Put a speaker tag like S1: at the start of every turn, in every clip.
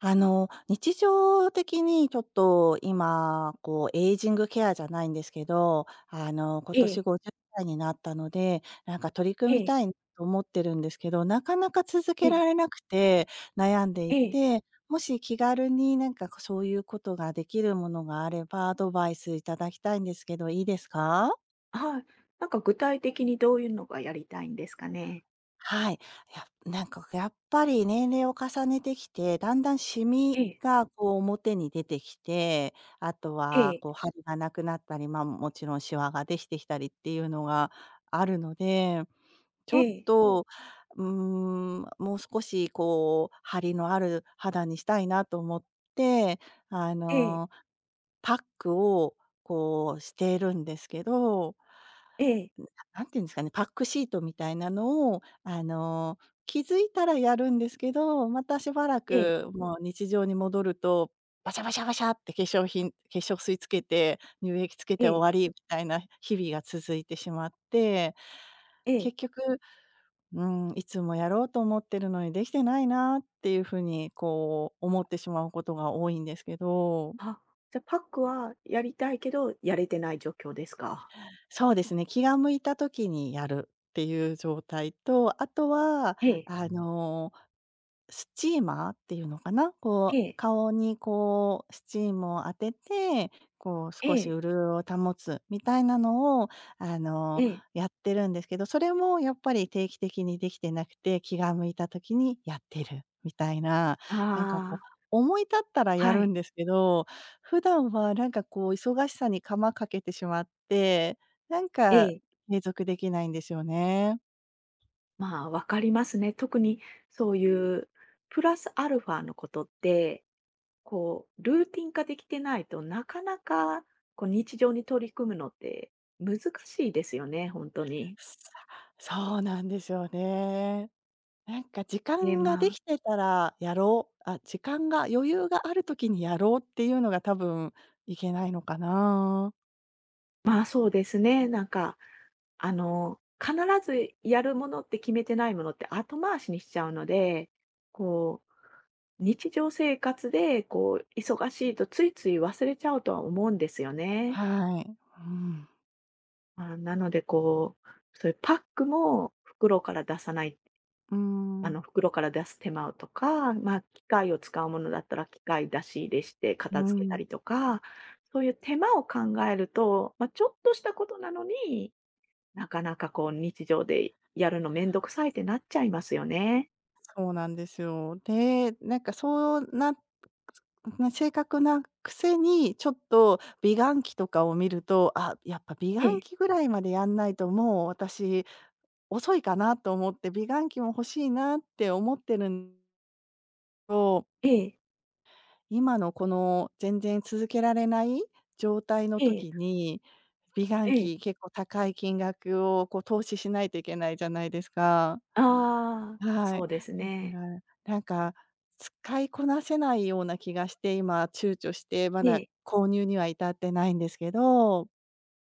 S1: 日常的にちょっと今、こう、エイジングケアじゃないんですけど、今
S2: え
S1: 年
S2: え、
S1: 50歳になったので、なんか取り組
S2: え
S1: み
S2: え、
S1: たいなと思ってるんですけど、なかなか続
S2: え
S1: け
S2: え、
S1: られなくて悩んでい
S2: ええ、
S1: て、もし気軽になんかそういうことができるものがあれば、アドバイスいただきたいんですけど、いいですか？
S2: はい。なんか具体的にどういうのがやりたいんですかね？
S1: はい。やなんかやっぱり年齢を重ねてきて、だんだんシ
S2: え
S1: ミ
S2: え、
S1: がこう表に出てきて、あと
S2: え
S1: は
S2: え、
S1: こう張りがなくなったり、まあ、もちろんシワができてきたりっていうのがあるので、ち
S2: え
S1: ょっ
S2: え、
S1: と、もう少しこう張りのある肌にしたいなと思って、あ
S2: ええ、
S1: の、パックをこうしているんですけど、
S2: ええ、
S1: なんていうんですかね、パックシートみたいなのを、気づいたらやるんですけど、またしばら
S2: ええ、
S1: くもう日常に戻ると、バシャバシャバシャって化粧品化粧水つけて、乳液つけ
S2: え
S1: て終
S2: え、
S1: わりみたいな日々が続いてしまって、
S2: ええ。
S1: 結局、うん、いつもやろうと思ってるのにできてないなっていう風にこう思ってしまうことが多いんですけど、
S2: あ、じゃ、パックはやりたいけど、やれてない状況ですか？
S1: そうですね、気が向いた時にやるっていう状態と、あとは、
S2: ええ、
S1: あのスチーマーっていうのかな、こ
S2: え
S1: う、
S2: え、
S1: 顔にこうスチームを当てて、こう少
S2: え
S1: し
S2: え、
S1: 潤いを保つみたいなのを、あ
S2: え
S1: の、
S2: え。
S1: やってるんですけど、それもやっぱり定期的にできてなくて、気が向いた時にやってるみたいな、なんかこう、
S2: ああ、
S1: 思い立ったらや
S2: は
S1: るん
S2: い。
S1: ですけど、普段はなんかこう忙しさにかまかけてしまって、なん
S2: え
S1: か
S2: え。
S1: 継続できないんですよね。
S2: まあ、わかりますね。特にそういうプラスアルファのことってこう、ルーティン化できてないと、なかなか、こう、日常に取り組むのって難しいですよね、本当に。
S1: さそうなんですよね。なんか時
S2: で、
S1: 間がで
S2: まあ
S1: きてたらやろう、あ、時間が余裕がある時にやろうっていうのが多分いけないのかな。
S2: まあ、そうですね、なんか、必ずやるものって決めてないものって後回しにしちゃうので、こう、日常生活で、こう、忙しいとついつい忘れちゃうとは思うんですよね。
S1: はい。うん。
S2: まあ、なので、こう、そういうパックも袋から出さない
S1: うーん。
S2: 袋から出す手間とか、まあ、機械を使うものだったら機械出し入れして
S1: う
S2: 片付けた
S1: ん。
S2: りとか、そういう手間を考えると、まあ、ちょっとしたことなのに、なかなかこう日常でやるのめんどくさいってなっちゃいますよね。
S1: そうなんですよ。で、なんかな性なくせに、ちょっと美顔器とかを見ると、あ、やっぱ美
S2: え
S1: 顔
S2: え、
S1: 器ぐらいまでやんないともう私遅いかなと思って、美顔器も欲しいなって思ってるん、
S2: ええ、
S1: 今のこの全然続けられない状態の
S2: え
S1: 時
S2: え、
S1: に、美顔
S2: ええ。
S1: 器結構高い金額をこう投資しないといけないじゃないですか。
S2: ああ、
S1: は
S2: そ
S1: い。
S2: うです
S1: だか
S2: ね。
S1: ら、なんか使いこなせないような気がして、今躊躇して、まだ
S2: ええ。
S1: 購入には至ってないんですけど。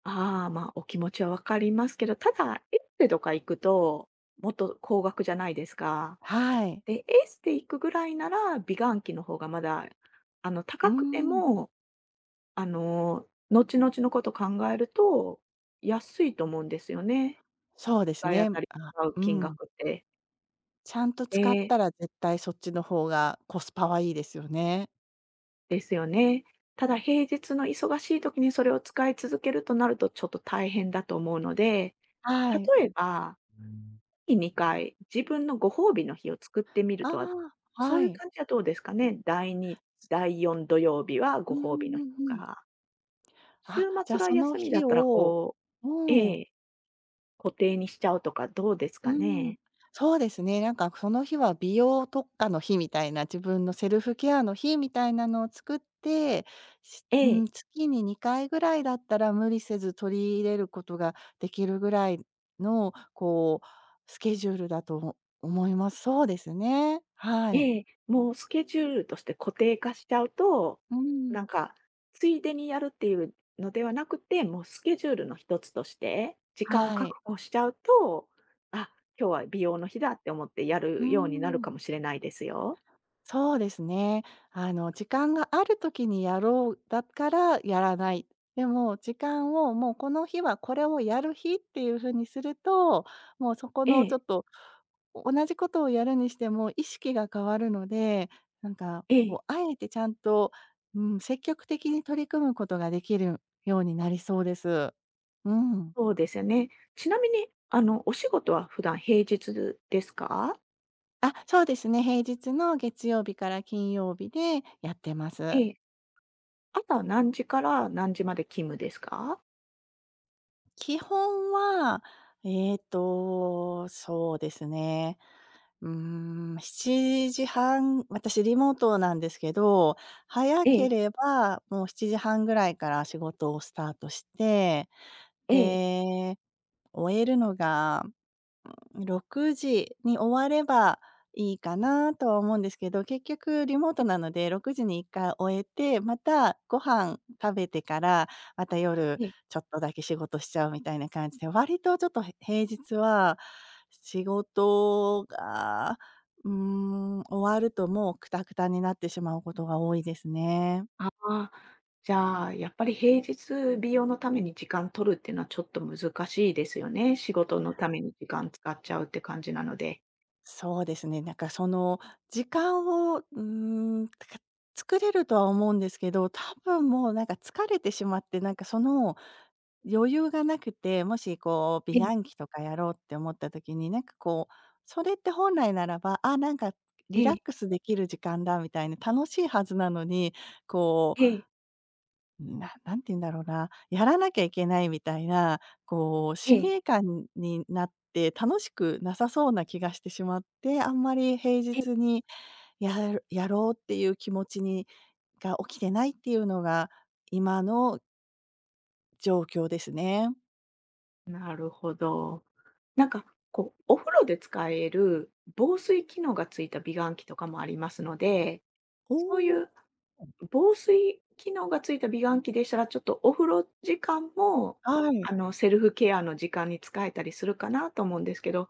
S2: ああ、まあ、お気持ちはわかりますけど、ただ、エステとか行くと、もっと高額じゃないですか。
S1: はい。
S2: で、エースで行くぐらいなら、美顔器の方がまだ、
S1: うー
S2: 高くて
S1: ん。
S2: も、後々のこと考えると、安いと思うんですよね。
S1: そうで
S2: い
S1: す
S2: 当
S1: ね。
S2: たり
S1: あ、
S2: 使う
S1: う
S2: 金
S1: ん。
S2: 額って。
S1: ちゃんと使っ
S2: で
S1: たら絶対そっちの方がコスパはいいですよね。
S2: ですよね。ただ平日の忙しい時にそれを使い続けるとなると、ちょっと大変だと思うので、
S1: はい。
S2: 例えば、月2回、自分のご褒美の日を作ってみる
S1: あ
S2: とは、
S1: あ、
S2: そ
S1: は
S2: ういう
S1: い。
S2: 感じはどうですかね。第2、第4土曜日は
S1: う
S2: ご
S1: ん
S2: 褒美の
S1: う
S2: 日
S1: ん
S2: と
S1: うん。
S2: か。週
S1: あ、じゃ
S2: 末
S1: あ
S2: が
S1: その
S2: 休みだ
S1: 日
S2: ったら、
S1: を、
S2: う
S1: うん、
S2: ええ、固定にしちゃうとかどうです
S1: う
S2: か
S1: ん、
S2: ね？
S1: そうですね、なんかその日は美容特化の日みたいな、自分のセルフケアの日みたいなのを作って、
S2: え
S1: うん、
S2: え、
S1: 月に2回ぐらいだったら無理せず取り入れることができるぐらいの、こう、スケジュールだと思います。そうですね。はい。
S2: ええ、もうスケジュールとして固定化しちゃうと、
S1: う
S2: な
S1: ん。
S2: んか、ついでにやるっていうのではなくて、もうスケジュールの一つとして、時間を
S1: はい。
S2: 確保しちゃうと、あ、今日は美容の日だって思ってや
S1: う
S2: るようになる
S1: ん。
S2: かもしれないですよ。
S1: そうですね。時間がある時にやろう、だからやらない。でも、時間をもうこの日はこれをやる日っていう風にすると、もうそこ
S2: え
S1: のちょ
S2: え、
S1: っと、同じことをやるにしても意識が変わるので、なんか
S2: え
S1: こ
S2: え、
S1: う、あえてちゃんと、うん、積極的に取り組むことができるようになりそうです。うん。
S2: そうですよね。ちなみに、お仕事は普段平日ですか？
S1: あ、そうですね。平日の月曜日から金曜日でやってま
S2: え
S1: す。
S2: え。朝何時から何時まで勤務ですか？
S1: 基本は、ええと、そうですね。うー7時半、私リモートなんですけど、早
S2: え
S1: け
S2: え、
S1: ればもう7時半ぐらいから仕事をスタートして、
S2: ええ。
S1: で、終えるのが6時に終わればいいかなとは思うんですけど、結局リモー
S2: え
S1: ト
S2: え、
S1: なので6時に1回終えて、またご飯食べてから、また夜
S2: ええ。
S1: ちょっとだけ仕事しちゃうみたいな感じで、割とちょっと平日は仕事が、終わるともうクタクタになってしまうことが多いですね。
S2: ああ、じゃあ、やっぱり平日美容のために時間取るっていうのはちょっと難しいですよね。仕事のために時間使っちゃうって感じなので。
S1: そうですね、なんかその時間を、ん、か作れるとは思うんですけど、多分もうなんか疲れてしまって、なんかその余裕がなくて、もしこう
S2: え
S1: 美
S2: え、
S1: 顔器とかやろうって思った時に、なんかこう、それって本来ならば、あ、なんか
S2: え
S1: リラッ
S2: え、
S1: クスできる時間だみたいな、楽しいはずなのに、こう、
S2: ええ、
S1: なんて言うんだろうな、やらなきゃいけないみたいな、こう、使
S2: え
S1: 命
S2: え。
S1: 感になって楽しくなさそうな気がしてしまって、あんまり平
S2: え、
S1: 日にやろうっていう気持ちにが起きてないっていうのが、今の状況ですね。
S2: なるほど。なんか、こう、お風呂で使える防水機能がついた美顔器とかもありますので、
S1: お
S2: そうい
S1: お。
S2: う防水機能がついた美顔器でしたら、ちょっとお風呂時間も、
S1: はい。
S2: セルフケアの時間に使えたりするかなと思うんですけど、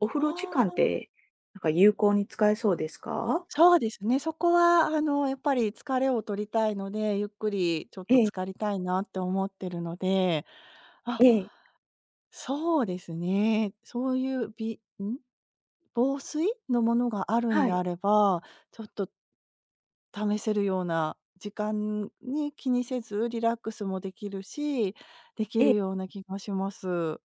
S2: お風呂時
S1: あ
S2: 間っ
S1: あ。
S2: て、なんか有効に使えそうですか？
S1: そうですね、そこは、やっぱり疲れを取りたいので、ゆっくりちょっと
S2: ええ、
S1: 浸かりたいなって思ってるので、あ
S2: ええ、
S1: そうですね。そういう、びん？防水のものがあるん
S2: は
S1: であ
S2: い、
S1: れば、ちょっと試せるような時間に気にせずリラックスもできるし、でき
S2: ええ、
S1: るような気がします。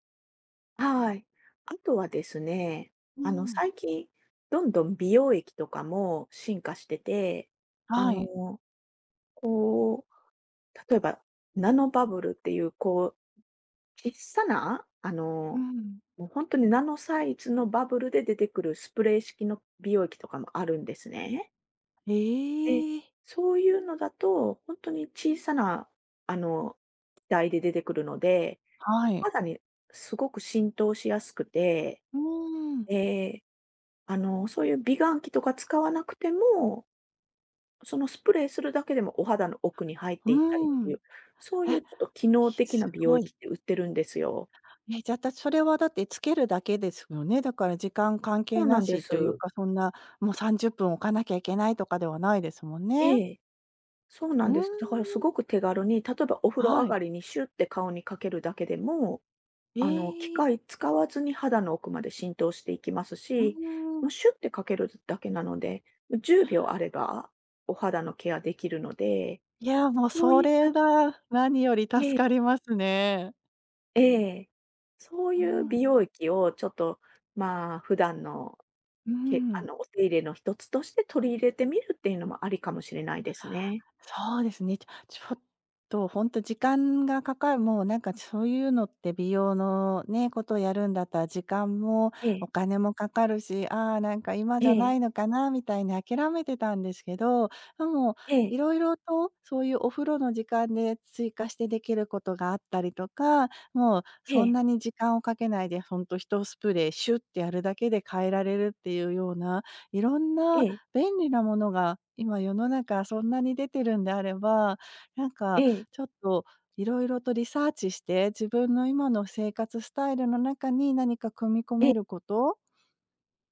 S2: はい。あとはですね、
S1: うん。
S2: 最近どんどん美容液とかも進化してて、あ
S1: はい。
S2: の、こう、例えばナノバブルっていう、こう、小さな、
S1: うん。
S2: もう本当にナノサイズのバブルで出てくるスプレー式の美容液とかもあるんですね。で、
S1: ええ。
S2: そういうのだと、本当に小さな、あの、気体で出てくるので、
S1: は
S2: お
S1: い。
S2: 肌にすごく浸透しやすくて、
S1: うーん。
S2: えあの、そういう美顔器とか使わなくても、そのスプレーするだけでもお肌の奥に入っ
S1: う
S2: ていったりって
S1: ー
S2: い
S1: ん。
S2: う、そうい
S1: え、
S2: うちょっと機能的
S1: す
S2: な美容
S1: ごい。
S2: 液って売ってるんですよ。
S1: え、じゃあ、それはだってつけるだけですよね。だから時間関
S2: そ
S1: 係
S2: う
S1: な
S2: なんで
S1: しという
S2: す。
S1: か、そんな、もう30分置かなきゃいけないとかではないですもんね。
S2: ええ。そうな
S1: う
S2: ん
S1: ー
S2: です。だから
S1: ん、
S2: すごく手軽に、例えばお風呂上
S1: はい。
S2: がりにシュッて顔にかけるだけでも、
S1: え
S2: 機
S1: え、
S2: 械使わずに肌の奥まで浸透していきます
S1: う
S2: し、
S1: ーん。
S2: もうシュッてかけるだけなので、10秒あればお肌のケアできるので、
S1: いや、もう
S2: そう
S1: そ
S2: いっ
S1: れ
S2: た
S1: が何より助
S2: ね
S1: かりますね。
S2: ええ、そう
S1: う
S2: いう
S1: ん、
S2: 美容液をちょっと、まあ、普段の
S1: うー
S2: けあ
S1: ん。
S2: の、お手入れの一つとして取り入れてみるっていうのもありかもしれないですね。
S1: そうですね。ちょっとほんと時間がかかるもうなんかそういうのって美容のね、ことをやるんだったら時間もお金もかかるし、ああ、なんか今
S2: え
S1: じゃない
S2: え、
S1: のかなみたいに諦めてたんですけど、でも
S2: ええ、
S1: いろいろとそういうお風呂の時間で追加してできることがあったりとか、もう
S2: え
S1: そん
S2: え、
S1: なに時間をかけないでほんと一スプレーシュッてやるだけで変えられるっていうような、いろんな
S2: ええ、
S1: 便利なものが今世の中そんなに出てるんであれば、なん
S2: え
S1: か
S2: え、
S1: ちょっといろいろとリサーチして、自分の今の生活スタイルの中に何か組み込
S2: え
S1: め
S2: え。
S1: ること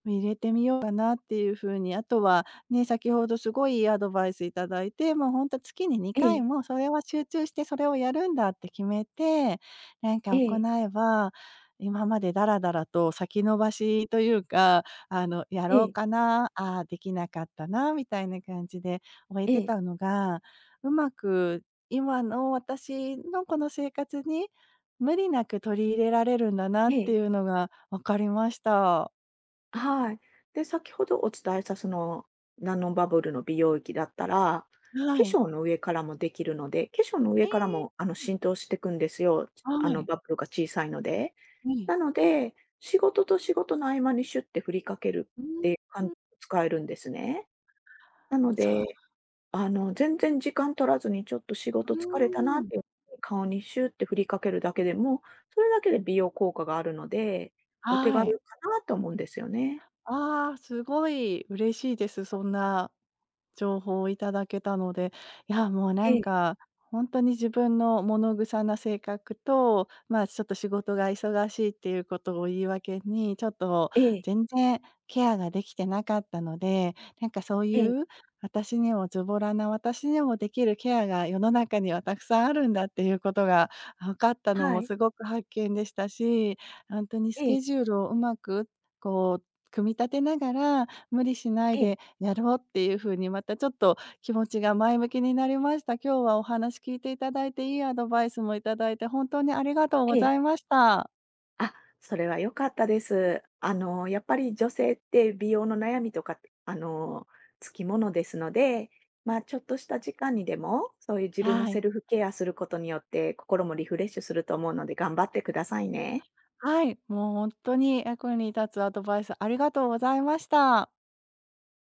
S1: 入れてみようかなっていう風に、あとは、ね、先ほどすごいいいアドバイスいただいて、もうほんと月に
S2: え
S1: 2回
S2: え、
S1: もそれは集中してそれをやるんだって決めて、なん
S2: え
S1: か行
S2: え、
S1: えば、今までダラダラと先延ばしというか、や
S2: え
S1: ろう
S2: え、
S1: かな、ああ、できなかったなみたいな感じで終え
S2: え
S1: て
S2: え、
S1: たのが、うまく今の私のこの生活に無理なく取り入れられるんだなっ
S2: え
S1: てい
S2: え、
S1: うのが分かりました。
S2: はい。で、先ほどお伝えしたその、ナノバブルの美容液だったら、化
S1: はい。
S2: 粧の上からもできるので、化粧の
S1: え
S2: 上から
S1: え、
S2: も、浸透していくんですよ。
S1: はい。
S2: バブルが小さいので。
S1: ええ。
S2: なので、仕事と仕事の合間にシュッて振りかける
S1: う
S2: っ
S1: ん。
S2: ていう感じで使えるんですね。なの
S1: そう、
S2: で全然時間取らずにちょっと仕事疲れたな
S1: うー
S2: っ
S1: ん。
S2: ていう顔にシューって振りかけるだけでも、それだけで美容効果があるので、お手
S1: はい。
S2: 軽かなと思うんですよね。
S1: ああ、すごい嬉しいです。そんな情報をいただけたので、いや、もうな
S2: え
S1: ん
S2: え、
S1: か、本当に自分の物臭な性格と、まあ、ちょっと仕事が忙しいっていうことを言い訳に、ちょっと
S2: ええ、
S1: 全然ケアができてなかったので、なんかそう
S2: ええ、
S1: いう私にもズボラな私にもできるケアが世の中にはたくさんあるんだっていうことが分かったの
S2: は
S1: も
S2: い、
S1: すごく発見でしたし、本当にス
S2: ええ、
S1: ケジュールをうまくこう組み立てながら、無理しない
S2: ええ、
S1: でやろうっていう風にまたちょっと気持ちが前向きになりました。今日はお話聞いていただいて、いいアドバイスもいただいて本当にありがとうご
S2: え
S1: ざ
S2: え。
S1: いました。
S2: あ、それは良かったです。やっぱり女性って美容の悩みとかあの、つきものですので、まあ、ちょっとした時間にでも、そういう自分の
S1: は
S2: セ
S1: い。
S2: ルフケアすることによって、心もリフレッシュすると思うので頑張ってくださいね。
S1: はい、もう本当に役に立つアドバイスありがとうございました。